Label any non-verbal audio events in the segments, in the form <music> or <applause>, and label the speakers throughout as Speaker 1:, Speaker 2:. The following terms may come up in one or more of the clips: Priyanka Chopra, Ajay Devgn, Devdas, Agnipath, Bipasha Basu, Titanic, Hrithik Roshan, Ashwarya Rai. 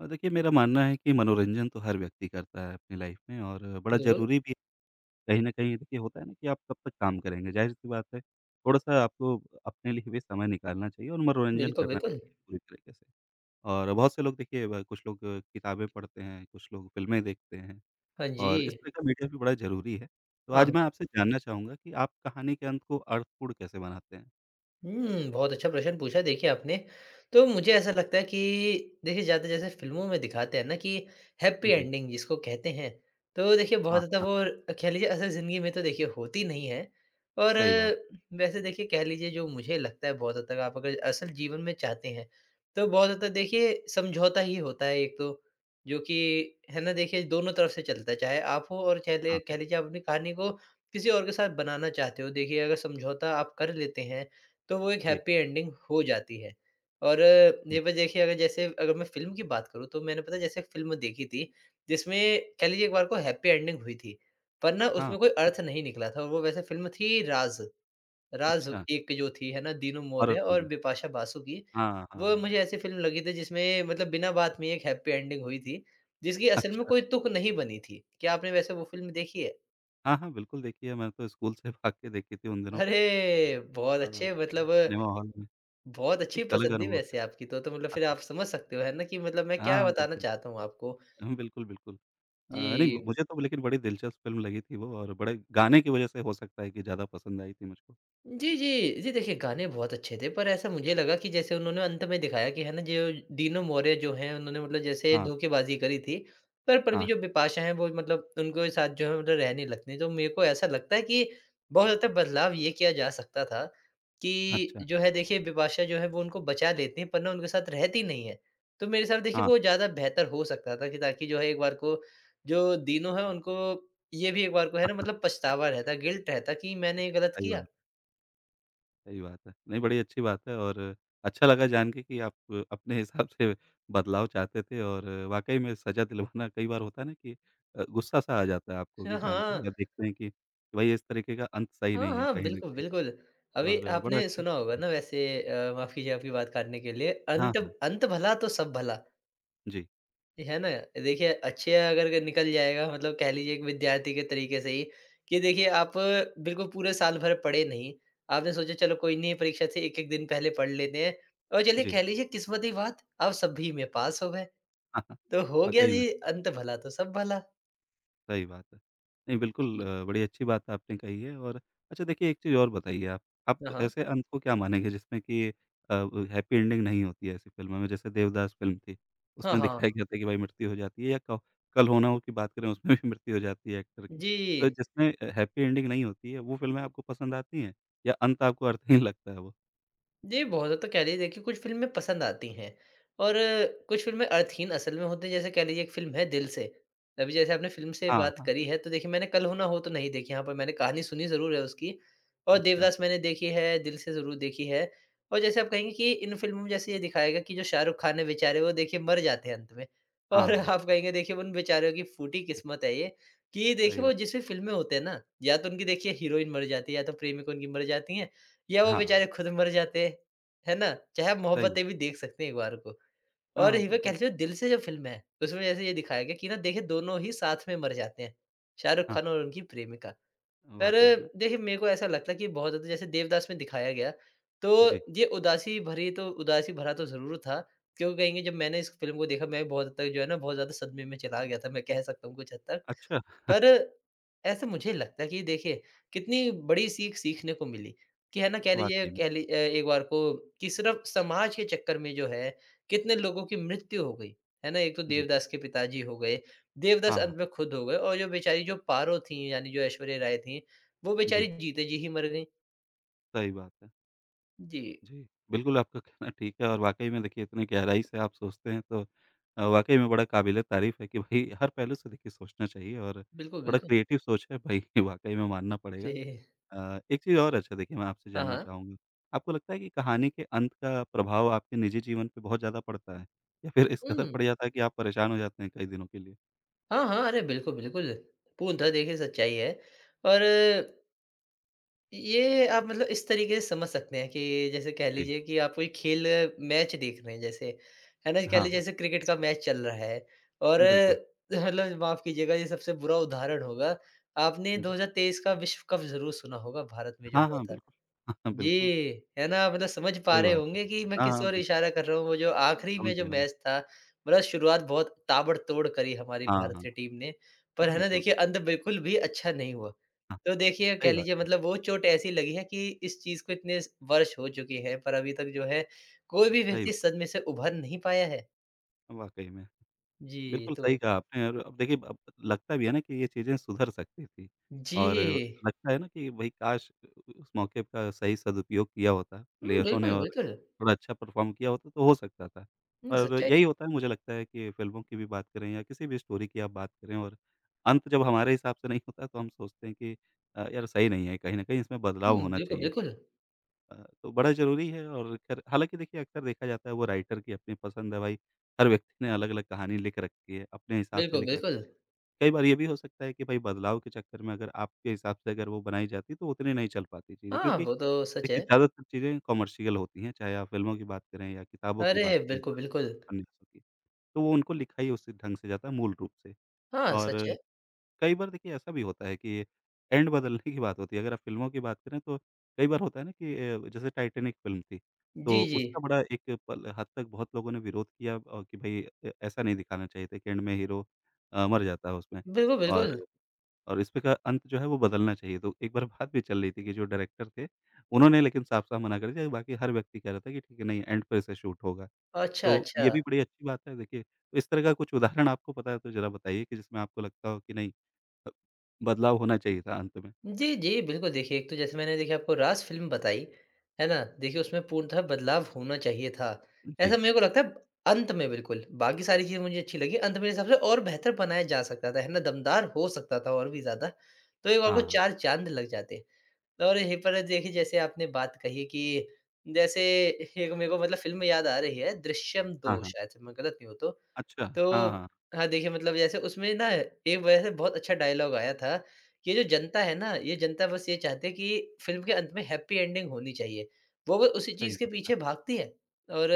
Speaker 1: देखिए मेरा मानना है कि मनोरंजन तो हर व्यक्ति करता है अपनी लाइफ में और बड़ा
Speaker 2: बिल्कुल,
Speaker 1: ज़रूरी भी है। कहीं न कहीं देखिए होता है ना कि आप कब तक काम करेंगे, ज़ाहिर-सी बात है थोड़ा-सा आपको अपने लिए भी समय निकालना चाहिए और मनोरंजन
Speaker 2: बिल्कुल,
Speaker 1: करना
Speaker 2: बिल्कुल।
Speaker 1: चाहिए पूरी तरीके से। और बहुत से लोग देखिए ब कुछ लोग किताबें पढ़ते हैं, कुछ लोग फ़िल्में देखते हैं
Speaker 2: हाँ जी।
Speaker 1: और इस तरह का मीडिया भी बड़ा ज़रूरी है। तो आज
Speaker 2: हाँ,
Speaker 1: मैं आपसे जानना चाहूँगा कि आप कहानी के अंत को अर्थपूर्ण कैसे बनाते हैं?
Speaker 2: हुँ, बहुत अच्छा प्रश्न पूछा देखिए आपने। तो मुझे ऐसा लगता है कि देखिए ज़्यादा जैसे फ़िल्मों में दिखाते हैं ना कि हैप्पी
Speaker 1: जी।
Speaker 2: एंडिंग जिसको कहते हैं, तो देखिए
Speaker 1: हाँ,
Speaker 2: बहुत ज़्यादा
Speaker 1: हाँ।
Speaker 2: वो कह लीजिए असल ज़िंदगी में तो देखिए होती नहीं है। और
Speaker 1: सही बात।
Speaker 2: वैसे देखिए कह लीजिए जो मुझे लगता है बहुत हद तक आप अगर असल जीवन में चाहते हैं, तो बहुत हद तक देखिए समझौता ही होता है एक तो, जो कि है ना देखिए दोनों तरफ से चलता है, चाहे आप हो और चाहे ले
Speaker 1: हाँ,
Speaker 2: कह
Speaker 1: हाँ।
Speaker 2: लीजिए आप अपनी कहानी को किसी और के साथ बनाना चाहते हो। देखिए अगर समझौता आप कर लेते हैं तो वो एक
Speaker 1: जी।
Speaker 2: हैप्पी एंडिंग हो जाती है। और
Speaker 1: हुँ।
Speaker 2: ये बस देखिए अगर जैसे अगर मैं फ़िल्म की बात करूँ तो मैंने पता है जैसे एक फ़िल्म देखी थी जिसमें कह लीजिए एक बार को हैप्पी एंडिंग हुई थी। पर ना
Speaker 1: हाँ,
Speaker 2: उसमें कोई अर्थ नहीं निकला था और वो वैसे फ़िल्म थी राज़। राज़
Speaker 1: अच्छा।
Speaker 2: एक जो थी है ना दीनू
Speaker 1: हॉरर
Speaker 2: मौर्य और
Speaker 1: फ़िल्म।
Speaker 2: बिपाशा बासु की।
Speaker 1: हाँ, हाँ, हाँ।
Speaker 2: वो
Speaker 1: हाँ।
Speaker 2: मुझे ऐसी फ़िल्म लगी थी जिसमें मतलब बिना बात में एक हैप्पी एंडिंग हुई थी, जिसकी असल में
Speaker 1: अच्छा।
Speaker 2: कोई तुक नहीं बनी थी। क्या आपने वैसे वो फ़िल्म देखी है?
Speaker 1: हाँ, हाँ, बिल्कुल देखी है, मैं तो स्कूल से भाग के देखी थी उन दिनों
Speaker 2: अरे! बहुत
Speaker 1: अ,
Speaker 2: अच्छे मतलब
Speaker 1: सिनेमा हॉल में,
Speaker 2: बहुत अच्छी
Speaker 1: एक अलग
Speaker 2: पसंद थी
Speaker 1: अनुभव था।
Speaker 2: वैसे आपकी तो मतलब फिर आप समझ सकते हो है ना कि मतलब मैं
Speaker 1: हाँ,
Speaker 2: क्या
Speaker 1: हाँ,
Speaker 2: बताना
Speaker 1: बिल्कुल।
Speaker 2: चाहता हूँ आपको।
Speaker 1: हुँ, बिल्कुल, बिल्कुल। नहीं
Speaker 2: जी
Speaker 1: मुझे तो लेकिन बड़ी दिलचस्प फ़िल्म लगी थी वो और बड़े गाने की वजह से हो सकता है कि ज़्यादा पसंद आई थी मुझको।
Speaker 2: जी, जी। जी, देखिए गाने बहुत अच्छे थे, पर ऐसा मुझे लगा कि जैसे उन्होंने अंत में दिखाया कि है ना जो डीनो मौर्य जो हैं उन्होंने मतलब जैसे
Speaker 1: हाँ,
Speaker 2: धोखेबाज़ी करी थी, पर भी
Speaker 1: हाँ,
Speaker 2: जो बिपाशा हैं वो मतलब उनके साथ जो है मतलब रहने लगती हैं। तो मेरे को ऐसा लगता है कि बहुत ज़्यादा बदलाव ये किया जा सकता था कि
Speaker 1: अच्छा।
Speaker 2: जो है देखिए बिपाशा जो है वो उनको बचा लेती हैं पर ना उनके साथ रहती नहीं है। तो मेरे हिसाब से देखिए
Speaker 1: हाँ,
Speaker 2: वो ज़्यादा बेहतर हो सकता था कि ताकि जो है एक बार को जो डीनो है उनको ये भी एक बार को है
Speaker 1: हाँ,
Speaker 2: ना
Speaker 1: हाँ,
Speaker 2: मतलब पछतावा रहता, गिल्ट रहता कि मैंने ये गलत
Speaker 1: सही
Speaker 2: किया।
Speaker 1: बात। सही बात है। नहीं, बड़ी अच्छी बात है और अच्छा लगा जान के कि आप अपने हिसाब से बदलाव चाहते थे और वाक़ई में सज़ा दिलवाना कई बार होता है ना कि गुस्सा-सा आ जाता है आपको कि
Speaker 2: हाँ,
Speaker 1: जान के
Speaker 2: हाँ।
Speaker 1: या देखते हैं कि भई इस तरीके का अंत सही
Speaker 2: हाँ,
Speaker 1: नहीं है
Speaker 2: हाँ,
Speaker 1: कहीं न
Speaker 2: बिल्कुल,
Speaker 1: कहीं
Speaker 2: बिल्कुल। अभी
Speaker 1: और बड़ा
Speaker 2: आपने
Speaker 1: अच्छा
Speaker 2: सुना होगा
Speaker 1: जी।
Speaker 2: ना वैसे माफ़ कीजिए आपकी बात काटने के लिए,
Speaker 1: हाँ,
Speaker 2: अंत
Speaker 1: हाँ।
Speaker 2: अंत भला तो सब भला,
Speaker 1: जी,
Speaker 2: ये है ना? देखिए अच्छे अगर के निकल जाएगा मतलब कह लीजिए एक विद्यार्थी के तरीके से ही कि देखिए आप बिल्कुल पूरे साल भर पढ़े नहीं, आपने सोचा चलो कोई नहीं परीक्षा से 1-1 दिन पहले पढ़ लेते हैं और चलिए
Speaker 1: जी।
Speaker 2: कह लीजिए किस्मत की बात आप सभी में पास हो गए,
Speaker 1: <laughs> हाँ, हाँ।
Speaker 2: तो हो गया
Speaker 1: वाक़ई में।
Speaker 2: जी अंत भला तो सब भला।
Speaker 1: सही बात है। नहीं बिल्कुल
Speaker 2: जी।
Speaker 1: बड़ी अच्छी बात आपने कही है और अच्छा देखिए एक चीज़ और बताइए आप
Speaker 2: हाँ, हाँ।
Speaker 1: ऐसे अंत को क्या मानेंगे जिसमें कि हैप्पी एंडिंग नहीं होती है ऐसी फ़िल्मों में? जैसे देवदास फ़िल्म थी,
Speaker 2: हाँ,
Speaker 1: उसमें
Speaker 2: हाँ।
Speaker 1: दिखाया गया था कि भाई मृत्यु हो जाती है या क कल हो ना हो की बात करें उसमें भी मृत्यु हो जाती है एक्टर की।
Speaker 2: जी।
Speaker 1: तो जिसमें हैप्पी एंडिंग नहीं होती है वो फ़िल्में आपको पसंद आती हैं या अंत आपको अर्थहीन लगता है वो?
Speaker 2: जी, बहुत ज़्यादा तो कह लीजिए देखिए कुछ फ़िल्में पसंद आती हैं और कुछ फ़िल्में अर्थहीन असल में होती हैं। जैसे कह लीजिए एक फ़िल्म है दिल से, अभी जैसे आपने फ़िल्म से
Speaker 1: हाँ,
Speaker 2: बात
Speaker 1: हाँ।
Speaker 2: करी है तो देखिए मैंने कल हो ना हो तो नहीं देखी। यहाँ पर मैंने कहानी सुनी ज़रूर है उसकी और
Speaker 1: अच्छा।
Speaker 2: देवदास मैंने देखी है, दिल से ज़रूर देखी है। और जैसे आप कहेंगे कि इन फ़िल्मों में जैसे ये दिखाया गया कि जो शाहरुख खान है बेचारे वो देखिए मर जाते हैं अंत में <laughs> और
Speaker 1: हाँ,
Speaker 2: आप कहेंगे देखिए उन बेचारों की फूटी किस्मत है ये कि देखिए
Speaker 1: सही
Speaker 2: वो
Speaker 1: बात।
Speaker 2: जिस भी फ़िल्म में होते हैं ना, या तो उनकी देखिए हीरोइन मर जाती है या तो प्रेमिक उनकी मर जाती है या वो
Speaker 1: हाँ, हाँ,
Speaker 2: बेचारे खुद मर जाते, है ना? चाहे आप
Speaker 1: सही
Speaker 2: मोहब्बतें
Speaker 1: बात।
Speaker 2: भी देख सकते हैं एक बार को।
Speaker 1: हाँ,
Speaker 2: और
Speaker 1: हाँ,
Speaker 2: हीरा
Speaker 1: बिल्कुल।
Speaker 2: क़ैसी दिल से जो फ़िल्म है, उसमें जैसे ये दिखाया गया कि ना देखिए दोनों ही साथ में मर जाते हैं, शाहरुख़
Speaker 1: हाँ,
Speaker 2: ख़ान और उनकी प्रेमिका। पर
Speaker 1: वाक़ई में।
Speaker 2: देखिए मेरे को ऐसा लगता है कि बहुत ज़्यादा जैसे देवदास में दिखाया गया,
Speaker 1: जी।
Speaker 2: तो ये उदासी भरी तो उदासी भरा तो ज़रूर था, क्यों कहेंगे जब मैंने इस फ़िल्म को देखा मैं बहुत हद तक जो है ना बहुत ज़्यादा सदमे में चला गया था, मैं कह सकता हूँ कुछ हद तक।
Speaker 1: अच्छा <laughs>
Speaker 2: पर ऐसा मुझे लगता है कि देखिए कितनी बड़ी सीख सीखने को मिली कि है ना कह लीजिए
Speaker 1: वाक़ई में।
Speaker 2: कह ली एक बार को कि सिर्फ समाज के चक्कर में जो है कितने लोगों की मृत्यु हो गई। है ना? एक तो
Speaker 1: जी।
Speaker 2: देवदास के पिताजी हो गए, देवदास
Speaker 1: हाँ,
Speaker 2: अंत में खुद हो गए और जो बेचारी जो पारो थीं यानी जो ऐश्वर्या राय थीं, वो बेचारी
Speaker 1: जी,
Speaker 2: जीते जी ही मर गईं।
Speaker 1: सही बात है।
Speaker 2: जी,
Speaker 1: जी, बिल्कुल आपका कहना ठीक है और वाक़ई में देखिए इतनी गहराई से आप सोचते हैं तो वाक़ई में बड़ा काबिल-ए-तारीफ़ है कि भई हर पहलू से देखिए सोचना चाहिए और
Speaker 2: बिल्कुल,
Speaker 1: बड़ा
Speaker 2: बिल्कुल।
Speaker 1: क्रिएटिव सोच है भई वाक़ई <laughs> में मानना
Speaker 2: जी।
Speaker 1: पड़ेगा। एक चीज़ और अच्छा देखिए मैं आपसे
Speaker 2: हाँ,
Speaker 1: जानना
Speaker 2: हाँ।
Speaker 1: चाहूँगा, आपको लगता है कि कहानी के अंत का प्रभाव आपके निजी जीवन पे बहुत ज़्यादा पड़ता है? या फिर इस कदर
Speaker 2: हुँ।
Speaker 1: पड़ जाता है कि आप परेशान हो जाते हैं कई दिनों के लिए?
Speaker 2: हाँ, हाँ, अरे बिल्कुल, बिल्कुल। पूर्णतः देखिए सच्चाई है और ये आप मतलब इस तरीके से समझ सकते हैं कि जैसे कह
Speaker 1: जी,
Speaker 2: लीजिए कि आप कोई खेल मैच देख रहे हैं जैसे, है ना? कह
Speaker 1: हाँ,
Speaker 2: लीजिए
Speaker 1: हाँ,
Speaker 2: जैसे क्रिकेट का मैच चल रहा है और
Speaker 1: बिल्कुल,
Speaker 2: <laughs> मतलब माफ़ कीजिएगा ये सबसे बुरा उदाहरण होगा। आपने
Speaker 1: जी।
Speaker 2: 2023 का विश्व कप ज़रूर सुना होगा भारत में जो
Speaker 1: हाँ,
Speaker 2: हुआ
Speaker 1: हाँ,
Speaker 2: था।
Speaker 1: बिल्कुल। <laughs> हाँ, हाँ,
Speaker 2: जी,
Speaker 1: बिल्कुल,
Speaker 2: है ना? मतलब समझ पा
Speaker 1: सही
Speaker 2: रहे
Speaker 1: बात है।
Speaker 2: होंगे कि मैं
Speaker 1: हाँ,
Speaker 2: किस
Speaker 1: हाँ,
Speaker 2: ओर
Speaker 1: बिल्कुल,
Speaker 2: इशारा कर रहा हूँ। वो जो आखिरी में
Speaker 1: समझ
Speaker 2: जो
Speaker 1: गया मैं।
Speaker 2: मैच था, मतलब शुरुआत बहुत ताबड़तोड़ करी हमारी
Speaker 1: हाँ, हाँ,
Speaker 2: भारतीय टीम ने। पर है ना,
Speaker 1: बिल्कुल।
Speaker 2: देखिए अंत बिल्कुल भी अच्छा नहीं हुआ।
Speaker 1: हाँ,
Speaker 2: तो देखिए,
Speaker 1: सही
Speaker 2: कह
Speaker 1: बात
Speaker 2: लीजिए
Speaker 1: है,
Speaker 2: मतलब वो चोट ऐसी लगी है कि इस चीज़ को इतने स वर्ष हो चुके हैं, पर अभी तक जो है कोई भी
Speaker 1: सही
Speaker 2: व्यक्ति इस
Speaker 1: बात
Speaker 2: सदमे से उभर नहीं पाया है।
Speaker 1: वाक़ई में।
Speaker 2: जी,
Speaker 1: बिल्कुल
Speaker 2: तो
Speaker 1: सही कहा आपने और अब देखिए अब लगता भी है ना कि ये चीज़ें सुधर सकती थी
Speaker 2: जी।
Speaker 1: और लगता है ना कि भई काश उस मौके का सही सदुपयोग किया होता
Speaker 2: हुँ,
Speaker 1: प्लेयरों ने
Speaker 2: बिल्कुल,
Speaker 1: और
Speaker 2: बिल्कुल।
Speaker 1: थोड़ा अच्छा परफ़ॉर्म किया होता तो हो सकता था।
Speaker 2: हुँ,
Speaker 1: और
Speaker 2: सच्चाई
Speaker 1: यही होता है मुझे लगता है कि फ़िल्मों की भी बात करें या किसी भी स्टोरी की आप बात करें और अंत जब हमारे हिसाब से नहीं होता तो हम सोचते हैं कि यार सही नहीं है, कहीं न कहीं इसमें
Speaker 2: हुँ,
Speaker 1: बदलाव होना
Speaker 2: बिल्कुल,
Speaker 1: चाहिए था।
Speaker 2: बिल्कुल।
Speaker 1: अ, तो बड़ा ज़रूरी है और खैर हालाँकि देखिए अक्सर देखा जाता है वो राइटर की अपनी पसंद है भाई, हर व्यक्ति ने अलग-अलग कहानी लिख रखी है, अपने हिसाब से
Speaker 2: बिल्कुल,
Speaker 1: लिख रखी
Speaker 2: बिल्कुल।
Speaker 1: है। कई बार ये भी हो सकता है कि भाई बदलाव के चक्कर में अगर आपके हिसाब से अगर वो बनाई जाती तो उतनी नहीं चल पाती चीज़ें
Speaker 2: हाँ,
Speaker 1: क्योंकि
Speaker 2: वो तो सच है।
Speaker 1: देखिए ज़्यादातर चीज़ें कमर्शियल होती हैं, चाहे आप फ़िल्मों की बात करें या किताबों की
Speaker 2: अरे!
Speaker 1: बात करें,
Speaker 2: बिल्कुल, बिल्कुल।
Speaker 1: उपन्यासों की। तो वो उनको लिखा ही उसी ढंग से जाता है मूल रूप से
Speaker 2: हाँ,
Speaker 1: और
Speaker 2: सच है।
Speaker 1: कई बार देखिए ऐसा भी होता है कि एंड बदलने की बात होती है। अगर आप फ़िल्मों की बात करें तो कई बार होता है ना कि जैसे टाइटैनिक फ़िल्म थी,
Speaker 2: जी,
Speaker 1: तो
Speaker 2: जी।
Speaker 1: उसका बड़ा एक पल हद तक बहुत लोगों ने विरोध किया कि भई ऐसा नहीं दिखाना चाहिए था कि एंड में हीरो मर जाता है उसमें
Speaker 2: बिल्कुल, बिल्कुल।
Speaker 1: और और इस पे का अंत जो है वो बदलना चाहिए। तो एक बार <laughs> बात भी चल रही थी कि जो डायरेक्टर थे, उन्होंने लेकिन साफ-साफ मना कर दिया, बाकी हर व्यक्ति कह रहा था कि ठीक है नहीं एंड पे इसे शूट होगा।
Speaker 2: अच्छा,
Speaker 1: तो ये
Speaker 2: अच्छा।
Speaker 1: भी बड़ी अच्छी बात है देखिए। तो इस तरह का कुछ उदाहरण आपको पता है तो ज़रा बताइए कि जिसमें आपको लगता हो कि नहीं अ, बदलाव होना चाहिए था अंत में।
Speaker 2: जी, जी, बिल्कुल देखिए, एक तो जैसे मैंने देखिए आपको रास फ़िल्म बताई, है ना? देखिए उसमें पूर्णतः बदलाव होना चाहिए था। ऐसा
Speaker 1: जी,
Speaker 2: मेरे को लगता है अंत में बिल्कुल, बाकी सारी चीज़ें मुझे अच्छी लगी, अंत मेरे हिसाब से और बेहतर बनाया जा सकता था, है ना? दमदार हो सकता था और भी ज़्यादा, तो एक और को
Speaker 1: हाँ, हाँ, हाँ।
Speaker 2: 4 चाँद लग जाते। और यहीं पर देखिए जैसे आपने बात कही कि जैसे एक मेरे को मतलब फ़िल्म याद आ रही है दृश्यम 2
Speaker 1: हाँ
Speaker 2: शायद से मैं गलत नहीं हूँ तो।
Speaker 1: अच्छा, हाँ,
Speaker 2: तो
Speaker 1: हाँ,
Speaker 2: हाँ, देखिए मतलब जैसे उसमें ना एक वजह से बहुत अच्छा डायलॉग आया था, ये जो जनता है ना, ये जनता बस ये चाहती है कि फ़िल्म के अंत में हैप्पी एंडिंग होनी चाहिए। वो बस उसी
Speaker 1: सही
Speaker 2: चीज़ के
Speaker 1: बात है।
Speaker 2: पीछे भागती है और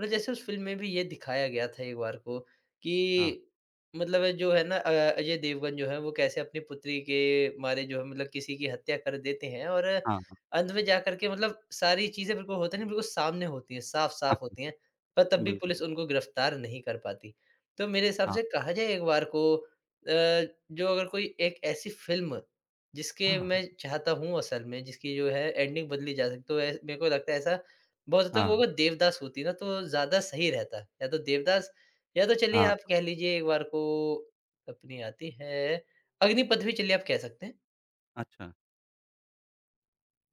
Speaker 2: मतलब जैसे उस फ़िल्म में भी ये दिखाया गया था एक बार को
Speaker 1: हाँ,
Speaker 2: कि मतलब जो है ना अजय देवगन जो है वो कैसे अपनी पुत्री के मारे जो है मतलब किसी की हत्या कर देते हैं और
Speaker 1: हाँ, हाँ,
Speaker 2: अंत में जाकर के मतलब सारी चीज़ें बिल्कुल होता है ना, बिल्कुल सामने होती हैं,
Speaker 1: हाँ,
Speaker 2: साफ-साफ होती हैं, पर तब भी
Speaker 1: बिल्कुल।
Speaker 2: पुलिस उनको गिरफ्तार नहीं कर पाती। तो मेरे हिसाब
Speaker 1: हाँ,
Speaker 2: से कहा जाए एक बार को जो अगर कोई एक ऐसी फ़िल्म
Speaker 1: हाँ,
Speaker 2: जिसके मैं
Speaker 1: हाँ,
Speaker 2: चाहता हूँ असल में जिसकी जो है एंडिंग बदली जा सकती तो ऐ मेरे को लगता है ऐसा बहुत हद तक वो
Speaker 1: हाँ,
Speaker 2: अगर देवदास होती ना तो ज़्यादा सही रहता। या तो देवदास या तो चलिए
Speaker 1: हाँ,
Speaker 2: आप कह लीजिए एक बार को अपनी आती है अग्निपथ भी चलिए आप कह सकते हैं।
Speaker 1: अच्छा।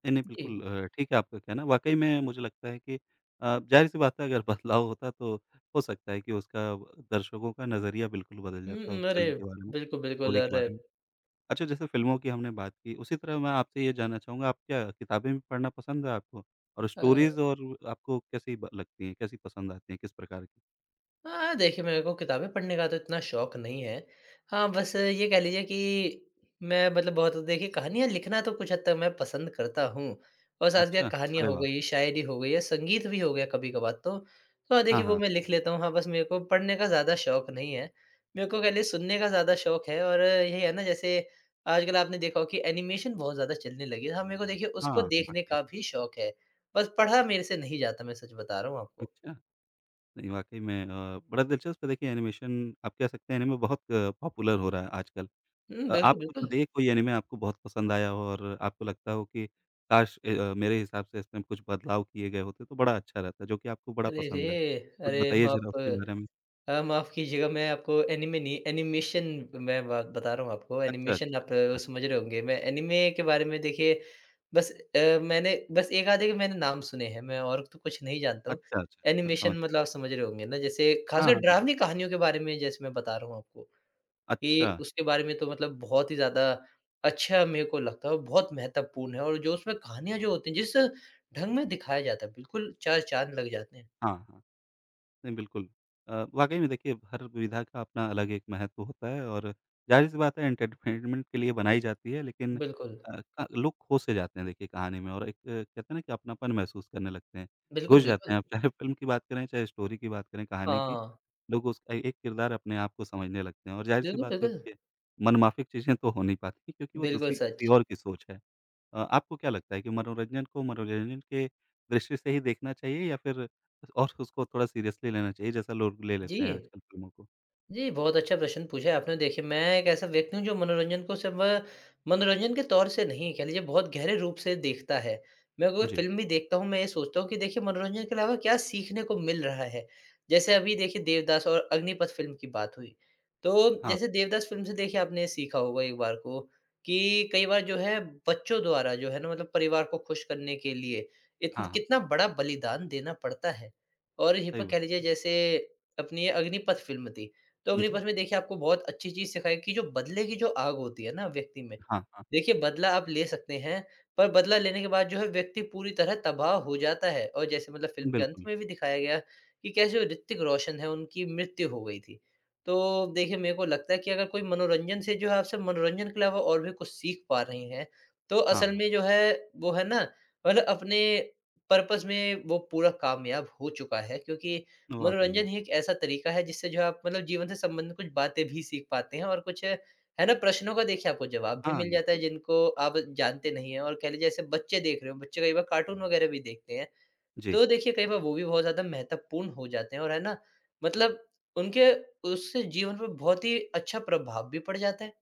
Speaker 1: नहीं, नहीं,
Speaker 2: जी।
Speaker 1: बिल्कुल ठीक है आपका कहना। वाक़ई में मुझे लगता है कि ज़ाहिर-सी बात है अगर बदलाव होता तो हो सकता है कि उसका दर्शकों का नज़रिया बिल्कुल बदल जाता
Speaker 2: हुँ,
Speaker 1: उस
Speaker 2: अरे!
Speaker 1: फ़िल्म के बारे में,
Speaker 2: बिल्कुल, बिल्कुल
Speaker 1: स्टोरी के
Speaker 2: अरे!
Speaker 1: बारे में। अच्छा, जैसे फ़िल्मों की हमने बात की, उसी तरह मैं आपसे ये जानना चाहूँगा, आप क्या किताबें भी पढ़ना पसंद है आपको? और
Speaker 2: अ
Speaker 1: स्टोरीज़ और आपको कैसी ब लगती हैं, कैसी पसंद आती हैं, किस प्रकार की?
Speaker 2: हाँ, देखिए मेरे को किताबें पढ़ने का तो इतना शौक नहीं है। हाँ, बस ये कह लीजिए कि मैं मतलब बहुत देखिए कहानियाँ लिखना तो कुछ हद तक मैं पसंद करता हूँ और साथ के साथ
Speaker 1: अच्छा,
Speaker 2: कहानियाँ
Speaker 1: अरे
Speaker 2: हो
Speaker 1: वाह!
Speaker 2: गई, शायरी हो गई या संगीत भी हो गया कभी-कभार तो। तो हाँ, देखिए
Speaker 1: हाँ,
Speaker 2: वो
Speaker 1: हाँ।
Speaker 2: मैं लिख लेता हूँ। हाँ, बस मेरे को पढ़ने का ज़्यादा शौक नहीं है। मेरे को कह लीजिए सुनने का ज़्यादा शौक है और यही है ना जैसे आजकल आपने देखा हो कि एनिमेशन बहुत ज़्यादा चलने लगी है। हाँ, मेरे को देखिए
Speaker 1: हाँ,
Speaker 2: उसको देखने
Speaker 1: वाक़ई
Speaker 2: का
Speaker 1: में।
Speaker 2: भी शौक है। बस पढ़ा मेरे से नहीं जाता मैं सच बता रहा हूँ आपको।
Speaker 1: अच्छा, नहीं वाक़ई में बड़ा दिलचस्प है देखिए एनिमेशन आप कह सकते हैं एनिमे बहुत पॉपुलर हो रहा है आजकल।
Speaker 2: हुँ, बिल्कुल,
Speaker 1: आप कुछ
Speaker 2: बिल्कुल।
Speaker 1: बताइए कोई एनिमे आपको बहुत पसंद आया हो और आपको लगता हो कि काश ए मेरे हिसाब से इसमें कुछ बदलाव किए गए होते तो बड़ा अच्छा रहता, जो कि आपको बड़ा
Speaker 2: अरे
Speaker 1: पसंद है?
Speaker 2: रे!
Speaker 1: कुछ
Speaker 2: अरे,
Speaker 1: बताइए ज़रा उसके बारे में।
Speaker 2: माफ़ कीजिएगा। मैं आपको एनीमे नहीं, एनिमेशन, मैं बात बता रहा हूँ आपको।
Speaker 1: अच्छा,
Speaker 2: एनिमेशन
Speaker 1: अच्छा।
Speaker 2: आप
Speaker 1: हाँ।
Speaker 2: समझ रहे होंगे। मैं एनीमे के बारे में देखिए बस, मैंने बस 1 आधे के मैंने नाम सुने हैं, मैं और तो कुछ नहीं जानता हूँ।
Speaker 1: अच्छा, अच्छा। समझ
Speaker 2: एनिमेशन मतलब आप समझ रहे होंगे ना, जैसे
Speaker 1: हाँ,
Speaker 2: ख़ासकर
Speaker 1: हाँ।
Speaker 2: डरावनी कहानियों के बारे में। जैसे मैं बता रहा हूँ आपको
Speaker 1: अच्छा,
Speaker 2: कि उसके बारे में तो मतलब बहुत ही ज़्यादा अच्छा मेरे को लगता है और बहुत महत्वपूर्ण है। और जो उसमें कहानियाँ जो होती हैं, जिस ढंग में दिखाया जाता है, बिल्कुल चार चाँद लग जाते हैं।
Speaker 1: हाँ, हाँ। नहीं, बिल्कुल। वाक़ई में देखिए हर विधा का अपना अलग एक महत्व होता है और ज़ाहिर-सी बात है एंटरटेनमेंट के लिए बनाई जाती है लेकिन
Speaker 2: बिल्कुल।
Speaker 1: क लोग खो से जाते हैं देखिए कहानी में और एक कहते हैं ना कि अपनापन महसूस करने लगते हैं,
Speaker 2: बिल्कुल,
Speaker 1: घुस जाते
Speaker 2: बिल्कुल।
Speaker 1: हैं। आप चाहे फ़िल्म की बात करें, चाहे स्टोरी की बात करें, कहानी की,
Speaker 2: हाँ,
Speaker 1: लोग उसका एक किरदार अपने आप को समझने लगते हैं और ज़ाहिर-सी
Speaker 2: बिल्कुल,
Speaker 1: बात है
Speaker 2: बिल्कुल।
Speaker 1: देखिए मनमाफ़िक चीज़ें तो हो नहीं पाती क्योंकि वो
Speaker 2: बिल्कुल
Speaker 1: दूसरी किसी
Speaker 2: सच।
Speaker 1: और की सोच है। आपको क्या लगता है कि मनोरंजन को मनोरंजन के दृष्टि से ही देखना चाहिए या फिर और उसको थोड़ा सीरियसली लेना चाहिए जैसा लोग ले
Speaker 2: जी।
Speaker 1: लेते हैं आजकल फ़िल्मों को?
Speaker 2: जी, बहुत अच्छा प्रश्न पूछा है आपने। देखिए, मैं एक ऐसा व्यक्ति हूँ जो मनोरंजन को सिर्फ़ मनोरंजन के तौर से नहीं, कह लीजिए बहुत गहरे रूप से देखता है। मैं कोई
Speaker 1: जी।
Speaker 2: फ़िल्म भी देखता हूँ, मैं ये सोचता हूँ कि देखिए मनोरंजन के अलावा क्या सीखने को मिल रहा है। जैसे अभी देखिए देवदास और अग्निपथ फ़िल्म की बात हुई। तो
Speaker 1: हाँ,
Speaker 2: जैसे देवदास फ़िल्म से देखिए आपने सीखा होगा एक बार को कि कई बार जो है बच्चों द्वारा जो है ना, मतलब परिवार को खुश करने के लिए इतन
Speaker 1: हाँ, हाँ,
Speaker 2: कितना बड़ा बलिदान देना पड़ता है। और यहीं
Speaker 1: सही
Speaker 2: पर
Speaker 1: बात
Speaker 2: कह लीजिए
Speaker 1: है।
Speaker 2: जैसे अपनी ये अग्निपथ फ़िल्म थी। तो
Speaker 1: जी,
Speaker 2: अग्निपथ में देखिए आपको बहुत अच्छी चीज़ सिखाई कि जो बदले की जो आग होती है ना व्यक्ति में,
Speaker 1: हाँ, हाँ,
Speaker 2: देखिए बदला आप ले सकते हैं, पर बदला लेने के बाद जो है व्यक्ति पूरी तरह तबाह हो जाता है। और जैसे मतलब फ़िल्म के अंत
Speaker 1: बिल्कुल।
Speaker 2: में भी दिखाया गया कि कैसे ऋतिक रोशन है, उनकी मृत्यु हो गई थी। तो देखिए मेरे को लगता है कि अगर कोई मनोरंजन से जो है आपसे मनोरंजन के अलावा और भी कुछ सीख पा रहे हैं, तो
Speaker 1: हाँ,
Speaker 2: असल
Speaker 1: हाँ,
Speaker 2: में जो है वो है ना, मतलब अपने पर्पस में वो पूरा कामयाब हो चुका है, क्योंकि
Speaker 1: वाक़ई में।
Speaker 2: मनोरंजन ही एक ऐसा तरीका है जिससे जो है आप मतलब जीवन से संबंधित कुछ बातें भी सीख पाते हैं, और कुछ है ना? प्रश्नों का देखिए आपको जवाब भी
Speaker 1: हाँ,
Speaker 2: मिल जाता है
Speaker 1: बिल्कुल।
Speaker 2: जिनको आप जानते नहीं हैं। और कह लीजिए जैसे बच्चे देख रहे हो, बच्चे कई बार कार्टून वग़ैरह भी देखते हैं।
Speaker 1: जी।
Speaker 2: तो देखिए कई बार वो भी बहुत ज़्यादा महत्वपूर्ण हो जाते हैं, और है ना, मतलब उनके उससे जीवन पर बहुत ही अच्छा प्रभाव भी पड़ जाता है।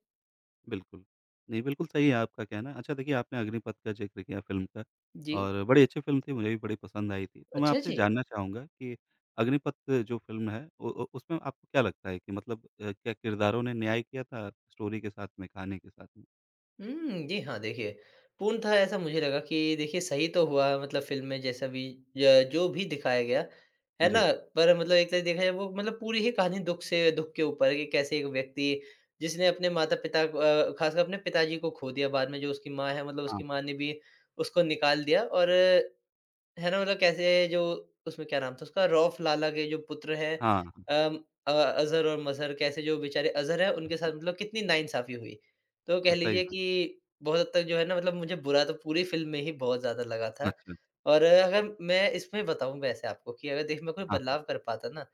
Speaker 1: बिल्कुल। नहीं, बिल्कुल सही है आपका कहना। अच्छा देखिए आपने अग्निपथ का ज़िक्र किया फ़िल्म का
Speaker 2: जी।
Speaker 1: और बड़ी अच्छी फ़िल्म थी, मुझे भी बड़ी पसंद आई थी। तो मैं
Speaker 2: अच्छा
Speaker 1: आपसे
Speaker 2: जी।
Speaker 1: जानना चाहूँगा कि अग्निपथ जो फ़िल्म है उ उ उसमें आपको क्या लगता है कि मतलब क्या किरदारों ने न्याय किया था स्टोरी के साथ में, कहानी के साथ में?
Speaker 2: हुँ, जी हाँ, देखिए, पूर्णतः ऐसा मुझे लगा कि देखिए सही तो हुआ, मतलब फ़िल्म में जैसा भी य जो भी दिखाया गया, है ना?
Speaker 1: जी।
Speaker 2: पर मतलब एक तरह से देखा जाए वो मतलब पूरी ही कहानी दुःख से दुःख के ऊपर है कि कैसे एक व्यक्ति, जिसने अपने माता-पिता को ख़ासकर अपने पिताजी को खो दिया, बाद में जो उसकी माँ है मतलब उसकी
Speaker 1: हाँ।
Speaker 2: माँ ने भी उसको निकाल दिया, और है ना? मतलब कैसे जो उसमें क्या नाम था उसका? रौफ लाला के जो पुत्र हैं,
Speaker 1: हाँ, हाँ।
Speaker 2: अम, अज़र और मज़हर, कैसे जो बेचारे अज़र हैं उनके साथ
Speaker 1: जी,
Speaker 2: मतलब कितनी नाइंसाफ़ी हुई। तो कह
Speaker 1: सही
Speaker 2: लीजिए
Speaker 1: बात।
Speaker 2: कि बहुत हद तक जो है ना, मतलब मुझे बुरा तो पूरी फ़िल्म में ही बहुत ज़्यादा लगा था।
Speaker 1: अच्छा।
Speaker 2: और अगर मैं इसमें बताऊँ वैसे आपको कि अगर देखिए मैं कोई
Speaker 1: हाँ, हाँ।
Speaker 2: बदलाव कर पाता ना,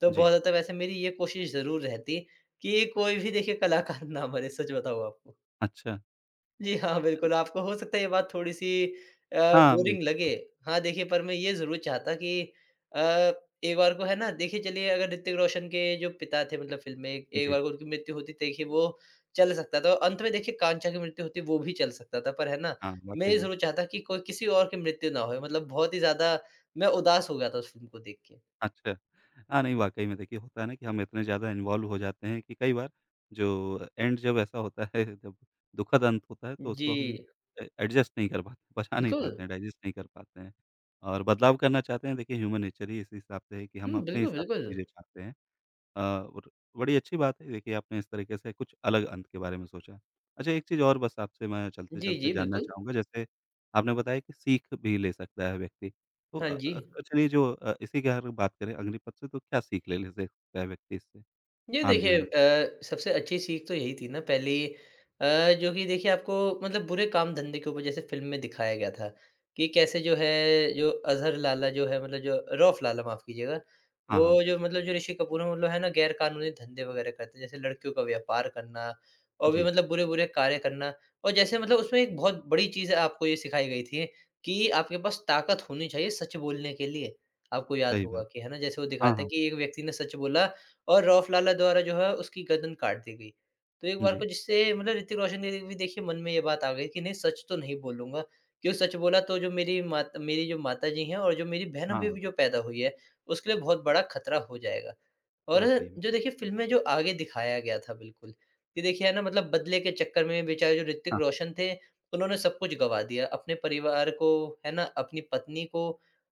Speaker 2: तो
Speaker 1: जी।
Speaker 2: बहुत हद तक वैसे मेरी ये कोशिश ज़रूर रहती कि कोई भी देखिए कलाकार ना मरे, सच बताऊँ आपको।
Speaker 1: अच्छा।
Speaker 2: जी हाँ, बिल्कुल, आपको हो सकता है ये बात थोड़ी-सी अ,
Speaker 1: हाँ,
Speaker 2: बोरिंग
Speaker 1: बिल्कुल।
Speaker 2: लगे। हाँ, देखिए पर मैं ये ज़रूर चाहता कि अ, एक बार को है ना देखिए, चलिए, अगर ऋतिक रोशन के जो पिता थे मतलब फ़िल्म में एक एक
Speaker 1: जी।
Speaker 2: बार को उनकी मृत्यु होती तो देखिए वो चल सकता था, और अंत में देखिए कांचा की मृत्यु होती वो भी चल सकता था। पर है ना,
Speaker 1: हाँ,
Speaker 2: मैं
Speaker 1: वाक़ई
Speaker 2: ये
Speaker 1: में।
Speaker 2: ज़रूर चाहता कि कोई किसी और की मृत्यु ना होए, मतलब बहुत ही ज़्यादा मैं उदास हो गया था उस फ़िल्म को देख के।
Speaker 1: अच्छा। हाँ, नहीं वाक़ई में देखिए होता है ना कि हम इतने ज़्यादा इन्वॉल्व हो जाते हैं कि कई बार जो एंड जब ऐसा होता है जब दुखद अंत होता है तो
Speaker 2: जी,
Speaker 1: उसको हम ए एडजस्ट नहीं कर पाते, पचा नहीं
Speaker 2: बिल्कुल।
Speaker 1: पाते हैं, डाइजेस्ट नहीं कर पाते हैं। और बदलाव करना चाहते हैं देखिए ह्यूमन नेचर ही इस हिसाब से है कि हम
Speaker 2: हुँ,
Speaker 1: अपने
Speaker 2: बिल्कुल,
Speaker 1: हिसाब से
Speaker 2: बिल्कुल।
Speaker 1: चीज़ें चाहते हैं। और बड़ी अच्छी बात है देखिए आपने इस तरीके से कुछ अलग अंत के बारे में सोचा। अच्छा एक चीज़ और बस आपसे मैं
Speaker 2: जी,
Speaker 1: चलते-चलते
Speaker 2: जी,
Speaker 1: जानना
Speaker 2: बिल्कुल।
Speaker 1: चाहूँगा जैसे आपने बताया कि सीख भी ले सकता है व्यक्ति। तो
Speaker 2: हाँ जी।
Speaker 1: चलिए जो इसी की अगर बात करें अग्निपथ से तो क्या सीख ले ले सकता है व्यक्ति इससे
Speaker 2: ये
Speaker 1: आम
Speaker 2: देखिए
Speaker 1: जीवन में?
Speaker 2: सबसे अच्छी सीख तो यही थी ना पहली, जो कि देखिए आपको मतलब बुरे काम धंधे के ऊपर जैसे फ़िल्म में दिखाया गया था कि कैसे जो है जो अज़हर लाला जो है मतलब जो रऊफ़ लाला, माफ़ कीजिएगा,
Speaker 1: हाँ, हाँ।
Speaker 2: वो जो मतलब जो ऋषि कपूर हैं, मतलब है ना गैरकानूनी धंधे वग़ैरह करते हैं, जैसे लड़कियों का व्यापार करना और भी
Speaker 1: जी,
Speaker 2: मतलब बुरे-बुरे कार्य करना। और जैसे मतलब उसमें एक बहुत बड़ी चीज़ आपको ये सिखाई गई थी कि आपके पास ताकत होनी चाहिए सच बोलने के लिए। आपको याद
Speaker 1: सही
Speaker 2: होगा
Speaker 1: बात।
Speaker 2: कि है ना, जैसे वो
Speaker 1: हाँ,
Speaker 2: दिखाते हैं
Speaker 1: हाँ।
Speaker 2: कि एक व्यक्ति ने सच बोला और रऊफ लाला द्वारा जो है उसकी गर्दन काट दी गई। तो एक बार को
Speaker 1: जी।
Speaker 2: जिससे मतलब ऋतिक रोशन के भी देखिए मन में ये बात आ गई कि नहीं, सच तो नहीं बोलूँगा। क्यों सच बोला तो जो मेरी मात मेरी जो माताजी हैं और जो मेरी बहन
Speaker 1: हाँ,
Speaker 2: अभी-अभी जो पैदा हुई है, उसके लिए बहुत बड़ा खतरा हो जाएगा। और
Speaker 1: वाक़ई में।
Speaker 2: जो देखिए फ़िल्म में जो आगे दिखाया गया था बिल्कुल, कि देखिए है ना, मतलब बदले के चक्कर में बेचारे जो ऋतिक
Speaker 1: हाँ,
Speaker 2: रोशन थे, उन्होंने सब कुछ गँवा दिया। अपने परिवार को, है ना, अपनी पत्नी को,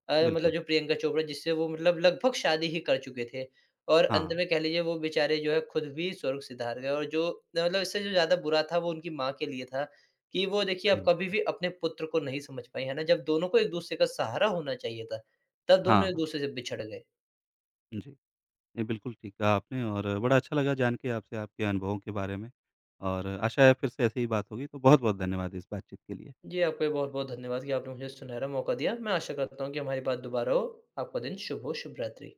Speaker 2: मतलब
Speaker 1: बिल्कुल।
Speaker 2: जो प्रियंका चोपड़ा जिससे वो मतलब लगभग शादी ही कर चुके थे, और अंत
Speaker 1: हाँ,
Speaker 2: में कह लीजिए वो बेचारे जो है खुद भी स्वर्ग सिधार गए, और जो मतलब इससे जो ज़्यादा बुरा था वो उनकी माँ के लिए था, कि वो देखिए
Speaker 1: सही
Speaker 2: अब कभी
Speaker 1: बात है।
Speaker 2: भी अपने पुत्र को नहीं समझ पाई, है ना? जब दोनों को एक-दूसरे का सहारा होना चाहिए था, तब
Speaker 1: हाँ,
Speaker 2: दोनों
Speaker 1: हाँ।
Speaker 2: एक-दूसरे से बिछड़ गए।
Speaker 1: जी। नहीं, बिल्कुल ठीक कहा आपने और बड़ा अच्छा लगा जान के आपसे आपके अनुभवों के बारे में और आशा है फिर से ऐसी ही बात होगी, तो बहुत-बहुत धन्यवाद इस बातचीत के लिए।
Speaker 2: जी, आपका भी बहुत-बहुत धन्यवाद कि आपने मुझे सुनहरा मौका दिया। मैं आशा करता हूँ कि हमारी बात दोबारा हो। आपका दिन शुभ हो, शुभ रात्रि।